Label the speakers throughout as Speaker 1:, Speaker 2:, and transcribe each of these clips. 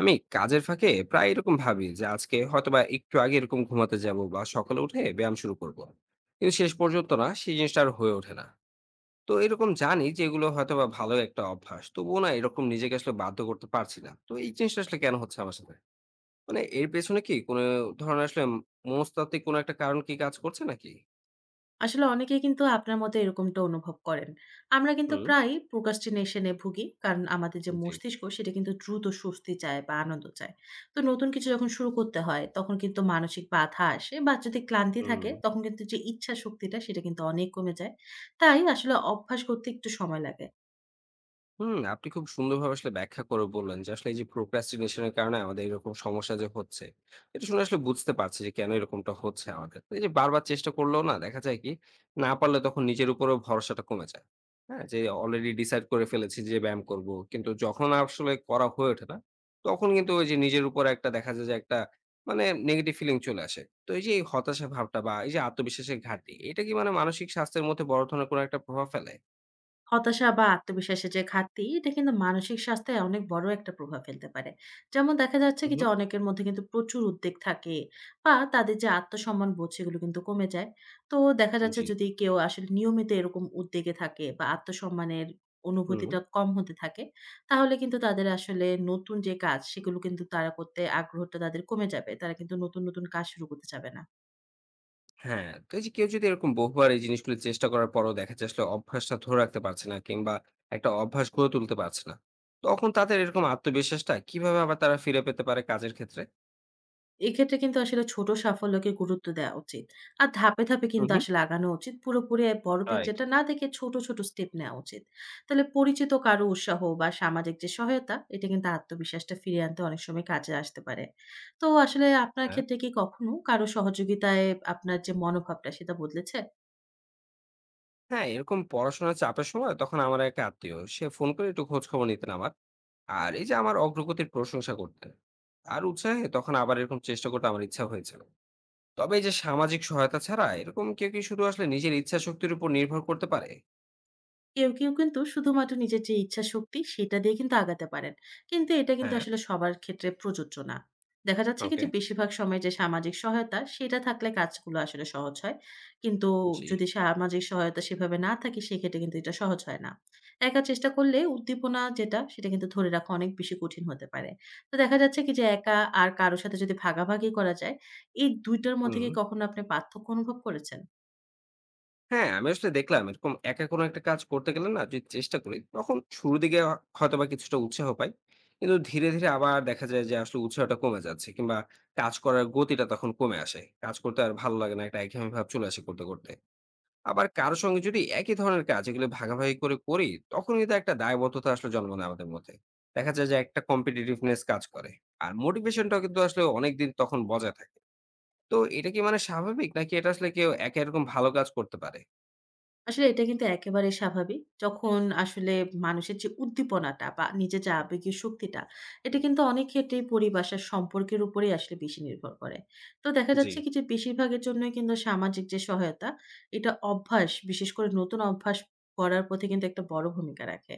Speaker 1: আমি কাজের ফাঁকে প্রায় এরকম ভাবি যে আজকে হয়তোবা একটু আগে এরকম ঘুমাতে যাব বা সকালে উঠে ব্যায়াম শুরু করব। কিন্তু শেষ পর্যন্ত না সেই জিনিসটা আর হয়ে ওঠে না। তো এরকম জানি যে এগুলো হয়তোবা ভালো একটা অভ্যাস, তবুও না এরকম নিজেকে আসলে বাধ্য করতে পারছি না। তো এই জিনিসটা আসলে কেন হচ্ছে আমার সাথে? মানে এর পেছনে কি কোনো ধরনের আসলে মনস্তাত্ত্বিক কোনো একটা কারণ কি কাজ করছে নাকি?
Speaker 2: আসলে অনেকেই কিন্তু আপনার মতো এরকমটা অনুভব করেন। আমরা কিন্তু
Speaker 1: হুম।
Speaker 2: প্রায়ই procrastination এ ভুগি। কারণ আমাদের যে
Speaker 1: জি।
Speaker 2: মস্তিষ্ক সেটা কিন্তু দ্রুত স্বস্তি চায় বা আনন্দ চায়। তো নতুন কিছু যখন শুরু করতে হয় তখন কিন্তু মানসিক বাধা আসে বা যদি ক্লান্তি থাকে
Speaker 1: হুম।
Speaker 2: তখন কিন্তু যে ইচ্ছা শক্তিটা সেটা কিন্তু অনেক কমে যায়। তাই আসলে অভ্যাস করতে একটু সময় লাগে।
Speaker 1: হুম, আপনি খুব সুন্দরভাবে আসলে ব্যাখ্যা করে বললেন যে আসলে এই যে procrastination এর কারণে আমাদের এরকম সমস্যা যে হচ্ছে, এটা শুনে আসলে বুঝতে পারছি যে কেন এরকমটা হচ্ছে আমাদের। তো এই যে বারবার চেষ্টা করলেও না দেখা যায় কি, না পারলে তখন নিজের উপরেও ভরসাটা কমে যায়। হ্যাঁ? যে অলরেডি ডিসাইড করে ফেলেছি যে ব্যায়াম করব। কিন্তু যখন আসলে করা হয়ে ওঠে না, তখন কিন্তু ওই যে নিজের উপরে একটা দেখা যায় যে একটা মানে নেগেটিভ ফিলিং চলে আসে। তো এই যে এই হতাশা ভাবটা বা এই যে আত্মবিশ্বাসের ঘাটতি, এটা কি মানে মানসিক স্বাস্থ্যের মধ্যে বড় ধরনের কোনো একটা প্রভাব ফেলে?
Speaker 2: হতাশা বা আত্মবিশ্বাসের যে ঘাটতি এটা কিন্তু মানসিক স্বাস্থ্যে অনেক বড় একটা প্রভাব ফেলতে পারে। যেমন দেখা যাচ্ছে
Speaker 1: হুম,
Speaker 2: কি যে
Speaker 1: হুম।
Speaker 2: অনেকের মধ্যে কিন্তু প্রচুর উদ্বেগ থাকে বা তাদের যে আত্মসম্মান বোধ সেগুলো কিন্তু কমে যায়। তো দেখা যাচ্ছে
Speaker 1: জি,
Speaker 2: যদি কেউ আসলে নিয়মিত এরকম উদ্বেগে থাকে বা আত্মসম্মানের
Speaker 1: হুম।
Speaker 2: অনুভূতিটা কম হতে থাকে তাহলে কিন্তু তাদের আসলে নতুন যে কাজ সেগুলো কিন্তু তারা করতে আগ্রহটা তাদের কমে যাবে, তারা কিন্তু নতুন নতুন কাজ শুরু করতে যাবে না।
Speaker 1: হ্যাঁ, তো এই যে কেউ যদি এরকম বহুবার এই জিনিসগুলো চেষ্টা করার পরও দেখা যায় আসলে অভ্যাসটা ধরে রাখতে পারছে না কিংবা একটা অভ্যাস গড়ে তুলতে পারছে না, তখন তাদের এরকম আত্মবিশ্বাসটা কিভাবে আবার তারা ফিরে পেতে পারে কাজের ক্ষেত্রে?
Speaker 2: এক্ষেত্রে কিন্তু আসলে ছোট সাফল্যকে গুরুত্ব দেওয়া উচিত। আর ধাপে, ধাপে
Speaker 1: হু,
Speaker 2: কিন্তু
Speaker 1: হু।
Speaker 2: আসলে আগানো উচিত। পুরোপুরি এ বড়
Speaker 1: রাইট,
Speaker 2: পিকচারটা না দেখে ছোট, ছোট স্টেপ নেওয়া উচিত। তাহলে পরিচিত কারো উৎসাহ বা সামাজিক যে সহায়তা, এটা কিন্তু আত্মবিশ্বাসটা ফিরিয়ে আনতে অনেক সময় কাজে আসতে পারে। তো আসলে আপনার
Speaker 1: হ্যাঁ।
Speaker 2: ক্ষেত্রে কি কখনো কারো সহযোগিতায় আপনার যে মনোভাবটা, সেটা বদলেছে?
Speaker 1: হ্যাঁ, এরকম পড়াশোনার চাপের সময় তখন আমার এক আত্মীয় সে ফোন করে একটু খোঁজখবর নিতেন আমার। আর এই যে আমার অগ্রগতির প্রশংসা করতেন। আর উৎসাহে তখন আবার এরকম চেষ্টা করতে আমার ইচ্ছা হয়েছিল। তবে এই যে সামাজিক সহায়তা ছাড়া এরকম কেউ কি শুধু আসলে নিজের ইচ্ছাশক্তির উপর নির্ভর করতে পারে?
Speaker 2: কেউ কিন্তু শুধুমাত্র নিজের যে ইচ্ছা শক্তি সেটা দিয়ে কিন্তু আগাতে পারেন। কিন্তু এটা কিন্তু
Speaker 1: হ্যাঁ,
Speaker 2: আসলে সবার ক্ষেত্রে প্রযোজ্য না। দেখা যাচ্ছে কি
Speaker 1: ওকে,
Speaker 2: যে বেশিরভাগ সময় যে সামাজিক সহায়তা সেটা থাকলে কাজগুলো আসলে সহজ হয়। কিন্তু
Speaker 1: জি।
Speaker 2: যদি সামাজিক সহায়তা সেভাবে না থাকে সেক্ষেত্রে কিন্তু এটা সহজ হয় না। একা চেষ্টা করলে উদ্দীপনা যেটা সেটা কিন্তু ধরে রাখা অনেক বেশি কঠিন হতে পারে। তো দেখা যাচ্ছে কি যে একা আর কারো সাথে যদি ভাগাভাগি করা যায়, এই ২ টার মধ্যে
Speaker 1: হুম।
Speaker 2: কি কখনো আপনি পার্থক্য অনুভব করেছেন?
Speaker 1: হ্যাঁ, আমি আসলে দেখলাম এরকম একা কোনো একটা কাজ করতে গেলে না যদি চেষ্টা করি, তখন শুরুর দিকে হয়তোবা কিছুটা উৎসাহ পাই। কিন্তু ধীরে, ধীরে আবার দেখা যায় যে আসলে উৎসাহটা কমে যাচ্ছে কিংবা কাজ করার গতিটা তখন কমে আসে। কাজ করতে আর ভালো লাগে না, একটা একঘেয়েমি ভাব চলে আসে করতে, করতে। আবার কারো সঙ্গে যদি একই ধরনের কাজ এগুলো ভাগাভাগি করে করি, তখন কিন্তু একটা দায়বদ্ধতা আসলে জন্ম নেয় আমাদের মধ্যে। দেখা যায় যে একটা competitiveness কাজ করে। আর মোটিভেশনটাও কিন্তু আসলে অনেকদিন তখন বজায় থাকে। তো এটা কি মানে স্বাভাবিক নাকি এটা আসলে কেউ একা এরকম ভালো কাজ করতে পারে?
Speaker 2: আসলে এটা কিন্তু একেবারে স্বাভাবিক। যখন আসলে মানুষের যে উদ্দীপনাটা বা নিজের যে
Speaker 1: হুম,
Speaker 2: আবেগীয় শক্তিটা, এটা কিন্তু অনেক ক্ষেত্রেই পরিভাষার সম্পর্কের উপরেই আসলে বেশি নির্ভর করে। তো দেখা
Speaker 1: জি।
Speaker 2: যাচ্ছে কি যে বেশিরভাগের জন্যই কিন্তু সামাজিক যে সহায়তা, এটা অভ্যাস, বিশেষ করে নতুন অভ্যাস করার পথে কিন্তু একটা বড় ভূমিকা রাখে।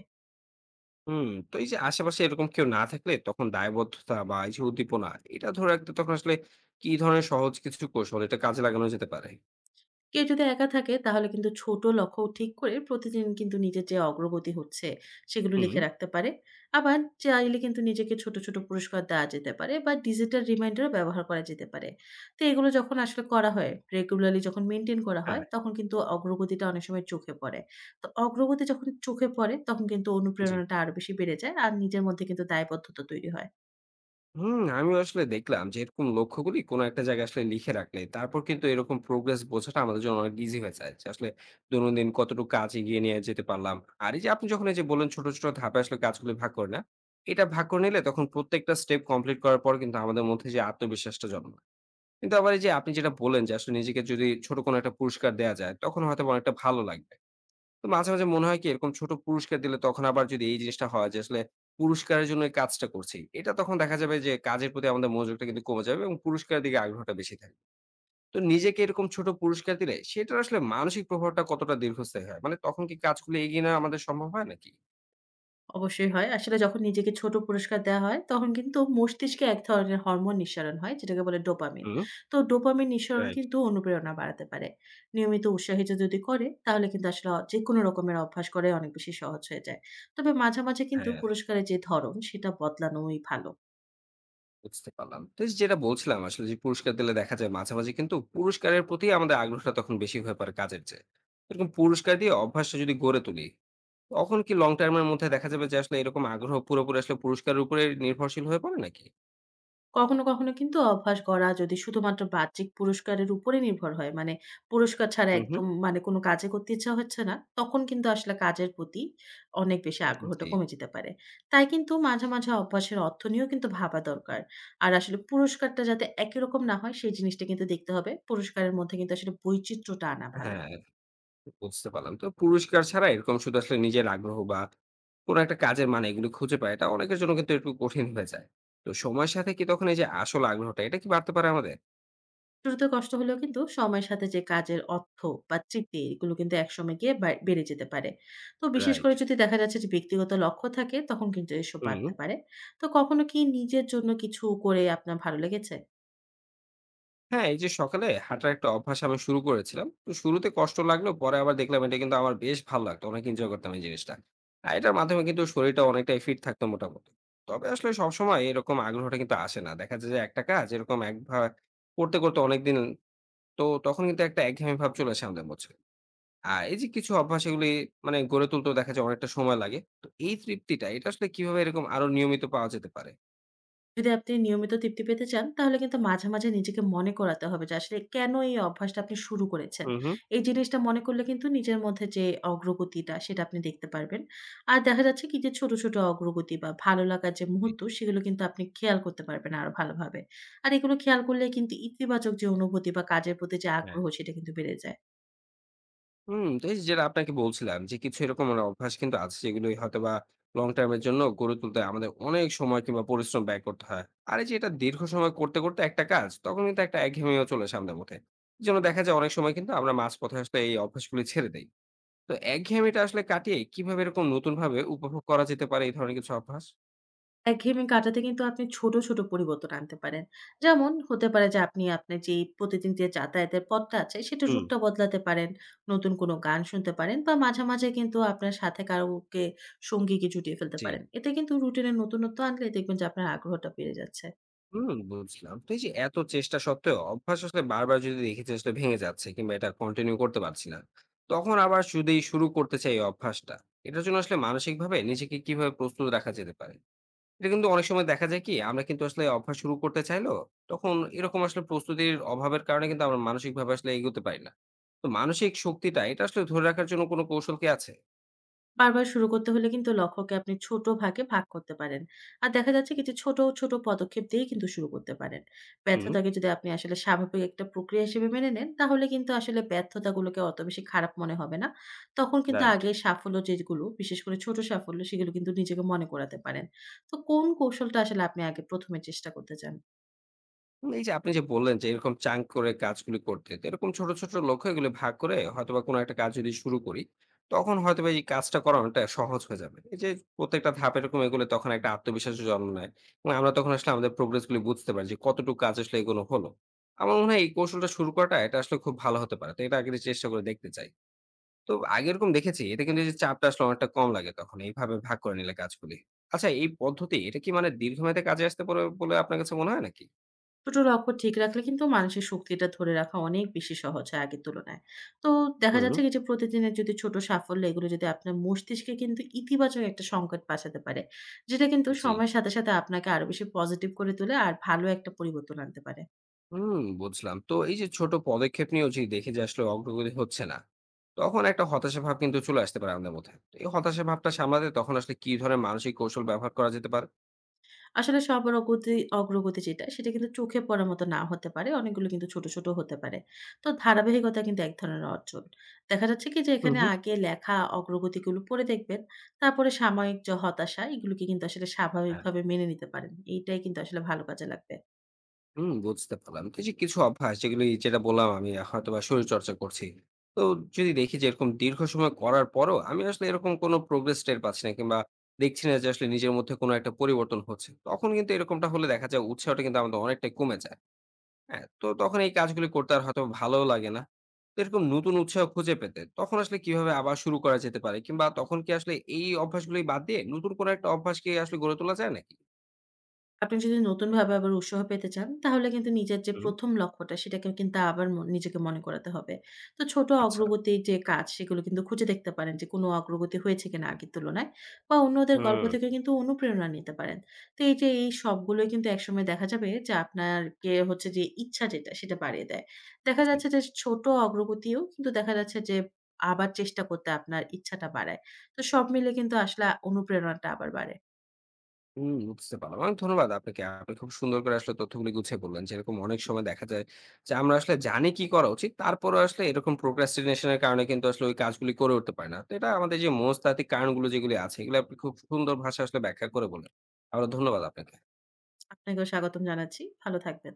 Speaker 1: হুম, তো এই যে আশেপাশে এরকম কেউ না থাকলে তখন দায়বদ্ধতা বা এই যে উদ্দীপনা এটা ধরে রাখতে তখন আসলে কি ধরনের সহজ কিছু কৌশল এটা কাজে লাগানো যেতে পারে?
Speaker 2: কেউ যদি একা থাকে তাহলে কিন্তু ছোট লক্ষ্য ঠিক করে প্রতিদিন কিন্তু নিজের যে অগ্রগতি হচ্ছে সেগুলো
Speaker 1: হুম,
Speaker 2: লিখে রাখতে পারে। আবার চাইলে কিন্তু নিজেকে ছোট ছোট পুরস্কার দেওয়া যেতে পারে বা ডিজিটাল রিমাইন্ডারও ব্যবহার করা যেতে পারে। তো এগুলো যখন আসলে করা হয়, রেগুলারলি যখন মেনটেন করা হয়
Speaker 1: হ্যাঁ,
Speaker 2: তখন কিন্তু অগ্রগতিটা অনেক সময় চোখে পড়ে। তো অগ্রগতি যখন চোখে পড়ে তখন কিন্তু
Speaker 1: জি।
Speaker 2: অনুপ্রেরণাটা আরো বেশি বেড়ে যায় আর নিজের মধ্যে কিন্তু দায়বদ্ধতা তৈরি হয়।
Speaker 1: হুম, আমিও আসলে দেখলাম যে এরকম লক্ষ্যগুলি কোনো একটা জায়গায় আসলে লিখে রাখলে তারপর কিন্তু এরকম প্রোগ্রেস বোঝাটা আমাদের জন্য অনেক ইজি হয়ে যায়। যে আসলে দৈনন্দিন কতটুকু কাজ এগিয়ে নিয়ে যেতে পারলাম। আর এই যে আপনি যখন এই যে বললেন ছোট, ছোট ধাপে আসলে কাজগুলো ভাগ করে নেন। এটা ভাগ করে নিলে তখন প্রত্যেকটা স্টেপ কমপ্লিট করার পর কিন্তু আমাদের মধ্যে যে আত্মবিশ্বাসটা জন্মায়। কিন্তু আবার এই যে আপনি যেটা বললেন যে আসলে নিজেকে যদি ছোট কোনো একটা পুরস্কার দেয়া যায়, তখন হয়তো বা অনেকটা ভালো লাগবে। তো মাঝে, মাঝে মনে হয় কি এরকম ছোট পুরস্কার দিলে তখন আবার যদি এই জিনিসটা হয় যে আসলে পুরস্কারের জন্য এই কাজটা করছি। এটা তখন দেখা যাবে যে কাজের প্রতি আমাদের মনোযোগটা কিন্তু কমে যাবে এবং পুরস্কারের দিকে আগ্রহটা বেশি থাকবে। তো নিজেকে এরকম ছোট পুরস্কার দিলে সেটার আসলে মানসিক প্রভাবটা কতটা দীর্ঘস্থায়ী হয়? মানে তখন কি কাজগুলো এগিয়ে নেওয়া আমাদের সম্ভব হয় নাকি?
Speaker 2: অবশ্যই হয়। আসলে যখন নিজেকে ছোট পুরস্কার দেওয়া হয়, তখন কিন্তু মস্তিষ্কে এক ধরনের হরমোন নিঃসরণ হয়, যেটাকে বলে ডোপামিন।
Speaker 1: হুম,
Speaker 2: তো ডোপামিন নিঃসরণ
Speaker 1: রাইট।
Speaker 2: কিন্তু অনুপ্রেরণা বাড়াতে পারে। নিয়মিত উৎসাহিত যদি করে, তাহলে কিন্তু আসলে যেকোনো রকমের অভ্যাস করাই অনেক বেশি সহজ হয়ে যায়। তবে মাঝে, মাঝে কিন্তু
Speaker 1: হ্যাঁ।
Speaker 2: পুরস্কারের যে ধরন, সেটা বদলানোই ভালো।
Speaker 1: বুঝতে পারলাম। তো এই যে যেটা বলছিলাম আসলে যে পুরস্কার দিলে দেখা যায় মাঝে, মাঝে কিন্তু পুরস্কারের প্রতি আমাদের আগ্রহটা তখন বেশি হয়ে পড়ে কাজের চেয়ে। এরকম পুরস্কার দিয়ে অভ্যাসটা যদি গড়ে তুলি, তখন কি লং টার্ম এর মধ্যে দেখা যাবে যে আসলে এরকম আগ্রহ পুরোপুরি আসলে পুরস্কারের উপরে নির্ভরশীল হয়ে পড়ে নাকি?
Speaker 2: কখনো কিন্তু অভ্যাস গড়া যদি শুধুমাত্র বাহ্যিক পুরস্কারের উপরে নির্ভর হয়, মানে পুরস্কার ছাড়া
Speaker 1: হুম, হুম।
Speaker 2: একদম মানে কোনো কাজই করতে ইচ্ছা হচ্ছে না, তখন কিন্তু আসলে কাজের প্রতি অনেক বেশি আগ্রহটা
Speaker 1: জি।
Speaker 2: কমে যেতে পারে। তাই কিন্তু মাঝে, মাঝে অভ্যাসের অর্থ নিয়েও কিন্তু ভাবা দরকার। আর আসলে পুরস্কারটা যাতে একই রকম না হয় সেই জিনিসটা কিন্তু দেখতে হবে। পুরস্কারের মধ্যে কিন্তু আসলে বৈচিত্র্যটা আনা ভালো।
Speaker 1: হ্যাঁ, বুঝতে পারলাম। তো পুরস্কার ছাড়া এরকম শুধু আসলে নিজের আগ্রহ বা কোনো একটা কাজের মানে এগুলো খুঁজে পায় এটা অনেকের জন্য কিন্তু একটু কঠিন হয়ে যায়। তো সময়ের সাথে কি তখন এই যে আসল আগ্রহটা এটা কি বাড়তে পারে আমাদের?
Speaker 2: শুরুতে কষ্ট হলেও কিন্তু সময়ের সাথে যে কাজের অর্থ বা তৃপ্তি এগুলো কিন্তু একসময় গিয়ে বেড়ে যেতে পারে। তো বিশেষ
Speaker 1: রাইট।
Speaker 2: করে যদি দেখা যাচ্ছে যে ব্যক্তিগত লক্ষ্য থাকে তখন কিন্তু এসব বাড়তে
Speaker 1: হুম।
Speaker 2: পারে। তো কখনো কি নিজের জন্য কিছু করে আপনার ভালো লেগেছে?
Speaker 1: হ্যাঁ, এই যে সকালে হাঁটার একটা অভ্যাস আমি শুরু করেছিলাম। তো শুরুতে কষ্ট লাগলেও পরে আবার দেখলাম এটা কিন্তু আমার বেশ ভালো লাগতো। অনেক এনজয় করতাম এই জিনিসটা। আর এটার মাধ্যমে কিন্তু শরীরটা অনেকটাই ফিট থাকতো মোটামুটি। তবে আসলে সবসময় এরকম আগ্রহটা কিন্তু আসে না। দেখা যায় যে একটা কাজ এরকম একভাবে করতে, করতে অনেকদিন, তো তখন কিন্তু একটা একঘেয়েমি ভাব চলে আসে আমাদের মধ্যে। আর এই যে কিছু অভ্যাস এগুলি মানে গড়ে তুলতেও দেখা যায় অনেকটা সময় লাগে। তো এই তৃপ্তিটা এটা আসলে কিভাবে এরকম আরো নিয়মিত পাওয়া যেতে পারে?
Speaker 2: যদি আপনি নিয়মিত তৃপ্তি পেতে চান, তাহলে কিন্তু মাঝে, মাঝে নিজেকে মনে করাতে হবে যে আসলে কেন এই অভ্যাসটা আপনি শুরু করেছেন।
Speaker 1: হু, হু।
Speaker 2: এই জিনিসটা মনে করলে কিন্তু নিজের মধ্যে যে অগ্রগতিটা সেটা আপনি দেখতে পারবেন। আর দেখা যাচ্ছে কি যে ছোট, ছোট অগ্রগতি বা ভালো লাগার যে
Speaker 1: জি।
Speaker 2: মুহূর্ত সেগুলো কিন্তু আপনি খেয়াল করতে পারবেন আরো ভালোভাবে। আর এগুলো খেয়াল করলে কিন্তু ইতিবাচক যে অনুভূতি বা কাজের প্রতি যে
Speaker 1: হ্যাঁ।
Speaker 2: আগ্রহ সেটা কিন্তু বেড়ে যায়।
Speaker 1: হুম, তো এই যে যেটা আপনাকে বলছিলাম যে কিছু এরকম মানে অভ্যাস কিন্তু আছে যেগুলোই হয়তোবা লং টার্ম এর জন্য গড়ে তুলতে আমাদের অনেক সময় কিংবা পরিশ্রম ব্যয় করতে হয়। আর এই যে এটা দীর্ঘ সময় করতে, করতে একটা কাজ তখন কিন্তু একটা একঘেয়েমিও চলে সামনে ওঠে। এজন্য দেখা যায় অনেক সময় কিন্তু আমরা মাঝপথে আসলে এই অভ্যাসগুলি ছেড়ে দেই। তো একঘেয়েমিটা আসলে কাটিয়ে কিভাবে এরকম নতুনভাবে উপভোগ করা যেতে পারে এই ধরনের কিছু অভ্যাস?
Speaker 2: একঘেয়েমি কাটাতে কিন্তু আপনি ছোট, ছোট পরিবর্তন আনতে পারেন। যেমন হতে পারে যে আপনি আপনার যেই প্রতিদিন যে যাতায়াতের পথটা আছে সেটার
Speaker 1: হুম,
Speaker 2: রুটটা বদলাতে পারেন। নতুন কোনো গান শুনতে পারেন বা মাঝে, মাঝে কিন্তু আপনার সাথে কাউকে সঙ্গীকে জুটিয়ে ফেলতে
Speaker 1: জি।
Speaker 2: পারেন। এতে কিন্তু রুটিন এ নতুনত্ব আনলে দেখবেন যে আপনার আগ্রহটা বেড়ে যাচ্ছে।
Speaker 1: হুম, বুঝলাম। তো এই যে এত চেষ্টা সত্ত্বেও অভ্যাস আসলে বারবার যদি দেখি যে আসলে ভেঙে যাচ্ছে কিংবা এটা কন্টিনিউ করতে পারছি না, তখন আবার যদি শুরু করতে চাই এই অভ্যাসটা, এটার জন্য আসলে মানসিকভাবে নিজেকে কিভাবে প্রস্তুত রাখা যেতে পারে? এটা কিন্তু অনেক সময় দেখা যায় কি আমরা কিন্তু আসলে অভ্যাস শুরু করতে চাইলেও তখন এরকম আসলে প্রস্তুতির অভাবের কারণে কিন্তু আমরা মানসিকভাবে আসলে এগোতে পারি না। তো মানসিক শক্তিটা এটা আসলে ধরে রাখার জন্য কোনো কৌশল কি আছে?
Speaker 2: বারবার শুরু করতে হলে কিন্তু লক্ষ্যকে আপনি ছোট ভাগে ভাগ করতে পারেন। আর দেখা যাচ্ছে কিছু ছোট, ছোট পদক্ষেপ দিয়েই কিন্তু শুরু করতে পারেন।
Speaker 1: হুম,
Speaker 2: ব্যর্থতাকে যদি আপনি আসলে স্বাভাবিক একটা প্রক্রিয়া হিসেবে মেনে নেন, তাহলে কিন্তু আসলে ব্যর্থতাগুলোকে অত বেশি খারাপ মনে হবে না। তখন কিন্তু
Speaker 1: রাইট।
Speaker 2: আগে সাফল্য যেগুলো, বিশেষ করে ছোট সাফল্য, সেগুলো কিন্তু নিজেকে মনে করাতে পারেন। তো কোন কৌশলটা আসলে আপনি আগে ১ম এ চেষ্টা করতে চান?
Speaker 1: মানে এই যে আপনি যে বললেন যে এরকম চাঙ্ক করে কাজগুলি করতে, তো এরকম ছোট ছোট লক্ষ্য এগুলো ভাগ করে হয়তোবা কোনো একটা কাজ যদি শুরু করি, তখন হয়তোবা এই কাজটা করানোটা সহজ হয়ে যাবে। এই যে প্রত্যেকটা ধাপ এরকম এগুলো তখন একটা আত্মবিশ্বাস জন্ম নেয় এবং আমরা তখন আসলে আমাদের প্রোগ্রেস গুলি বুঝতে পারি যে কতটুকু কাজ আসলে এগুলো হলো। আমার মনে হয় এই কৌশলটা শুরু করাটা এটা আসলে খুব ভালো হতে পারে, তো এটা আগে থেকে চেষ্টা করে দেখতে চাই। তো আগে এরকম দেখেছি এটা, কিন্তু এই যে চাপটা আসলে অনেকটা কম লাগে তখন এইভাবে ভাগ করে নিলে কাজগুলি। আচ্ছা, এই পদ্ধতি এটা কি মানে দীর্ঘমেয়াদে কাজে আসতে পারে বলে আপনার কাছে মনে হয় নাকি?
Speaker 2: ছোট লক্ষ্য ঠিক রাখলে কিন্তু মানসিক শক্তিটা ধরে রাখা অনেক বেশি সহজ হয় আগের তুলনায়। তো দেখা
Speaker 1: হুম।
Speaker 2: যাচ্ছে কি যে প্রতিদিনের যদি ছোট সাফল্য এগুলো যদি আপনার মস্তিষ্কে কিন্তু ইতিবাচক একটা সংকেত পাঠাতে পারে। যেটা কিন্তু
Speaker 1: জি।
Speaker 2: সময়ের সাথে, সাথে আপনাকে আরো বেশি পজিটিভ করে তোলে আর ভালো একটা পরিবর্তন আনতে পারে।
Speaker 1: হুম। বুঝলাম। তো এই যে ছোট পদক্ষেপ নিয়েও যদি দেখে যে আসলে অগ্রগতি হচ্ছে না, তখন একটা হতাশা ভাব কিন্তু চলে আসতে পারে আমাদের মধ্যে। তো এই হতাশা ভাবটা সামলাতে তখন আসলে কি ধরনের মানসিক কৌশল ব্যবহার করা যেতে পারে?
Speaker 2: আসলে সবার অগ্রগতি যেটা, সেটা কিন্তু চোখে পড়ার মতো না হতে পারে। অনেকগুলো কিন্তু ছোট, ছোট হতে পারে। তো ধারাবাহিকতা কিন্তু এক ধরনের অর্জন। দেখা যাচ্ছে কি যে
Speaker 1: হুম,
Speaker 2: এখানে
Speaker 1: হুম।
Speaker 2: আগে লেখা অগ্রগতিগুলো পড়ে দেখবেন। তারপরে সাময়িক যে হতাশা, এগুলোকে কিন্তু আসলে
Speaker 1: হ্যাঁ।
Speaker 2: স্বাভাবিকভাবে মেনে নিতে পারেন। এইটাই কিন্তু আসলে ভালো কাজে লাগবে।
Speaker 1: হুম, বুঝতে পারলাম। তো এই যে কিছু অভ্যাস যেগুলি, যেটা বললাম আমি হয়তো বা শরীর চর্চা করছি, তো যদি দেখি যে এরকম দীর্ঘ সময় করার পরও আমি আসলে এরকম কোনো প্রোগ্রেস টের পাচ্ছি না কিংবা দেখছি না যে আসলে নিজের মধ্যে কোনো একটা পরিবর্তন হচ্ছে, তখন কিন্তু এরকমটা হলে দেখা যায় উৎসাহটা কিন্তু আমাদের অনেকটাই কমে যায়। হ্যাঁ, তো তখন এই কাজগুলি করতে আর হয়তো ভালোও লাগে না। তো এরকম নতুন উৎসাহ খুঁজে পেতে তখন আসলে কিভাবে আবার শুরু করা যেতে পারে? কিংবা তখন কি আসলে এই অভ্যাসগুলি বাদ দিয়ে নতুন কোনো একটা অভ্যাস কি আসলে গড়ে তোলা যায় নাকি?
Speaker 2: আপনি যদি নতুনভাবে আবার উৎসাহ পেতে চান, তাহলে কিন্তু নিজের যে
Speaker 1: হুম।
Speaker 2: ১ম লক্ষ্যটা সেটাকেও কিন্তু আবার নিজেকে মনে করাতে হবে। তো ছোট
Speaker 1: আচ্ছা।
Speaker 2: অগ্রগতির যে কাজ সেগুলো কিন্তু খুঁজে দেখতে পারেন যে কোনো অগ্রগতি হয়েছে কিনা আগের তুলনায় বা অন্যদের গল্প
Speaker 1: হুম।
Speaker 2: থেকে কিন্তু অনুপ্রেরণা নিতে পারেন। তো এই যে এই সবগুলোই কিন্তু একসময় দেখা যাবে যে আপনারকে হচ্ছে যে ইচ্ছা যেটা সেটা বাড়িয়ে দেয়। দেখা
Speaker 1: জি।
Speaker 2: যাচ্ছে যে ছোট অগ্রগতিও কিন্তু দেখা যাচ্ছে যে আবার চেষ্টা করতে আপনার ইচ্ছাটা বাড়ায়। তো সব মিলে কিন্তু আসলে অনুপ্রেরণাটা আবার বাড়ে।
Speaker 1: হুম, বুঝতে পারলাম। অনেক ধন্যবাদ আপনাকে। আপনি খুব সুন্দর করে আসলে তথ্যগুলি গুছিয়ে বললেন। যে এরকম অনেক সময় দেখা যায় যে আমরা আসলে জানি কি করা উচিত, তারপরেও আসলে এরকম procrastination এর কারণে কিন্তু আসলে ওই কাজগুলি করে উঠতে পারি না। তো এটা আমাদের যে মনস্তাত্ত্বিক কারণগুলো যেগুলি আছে, এগুলো আপনি খুব সুন্দর ভাষায় আসলে ব্যাখ্যা করে বললেন। আবারো ধন্যবাদ আপনাকে।
Speaker 2: আপনাকেও স্বাগতম জানাচ্ছি। ভালো থাকবেন।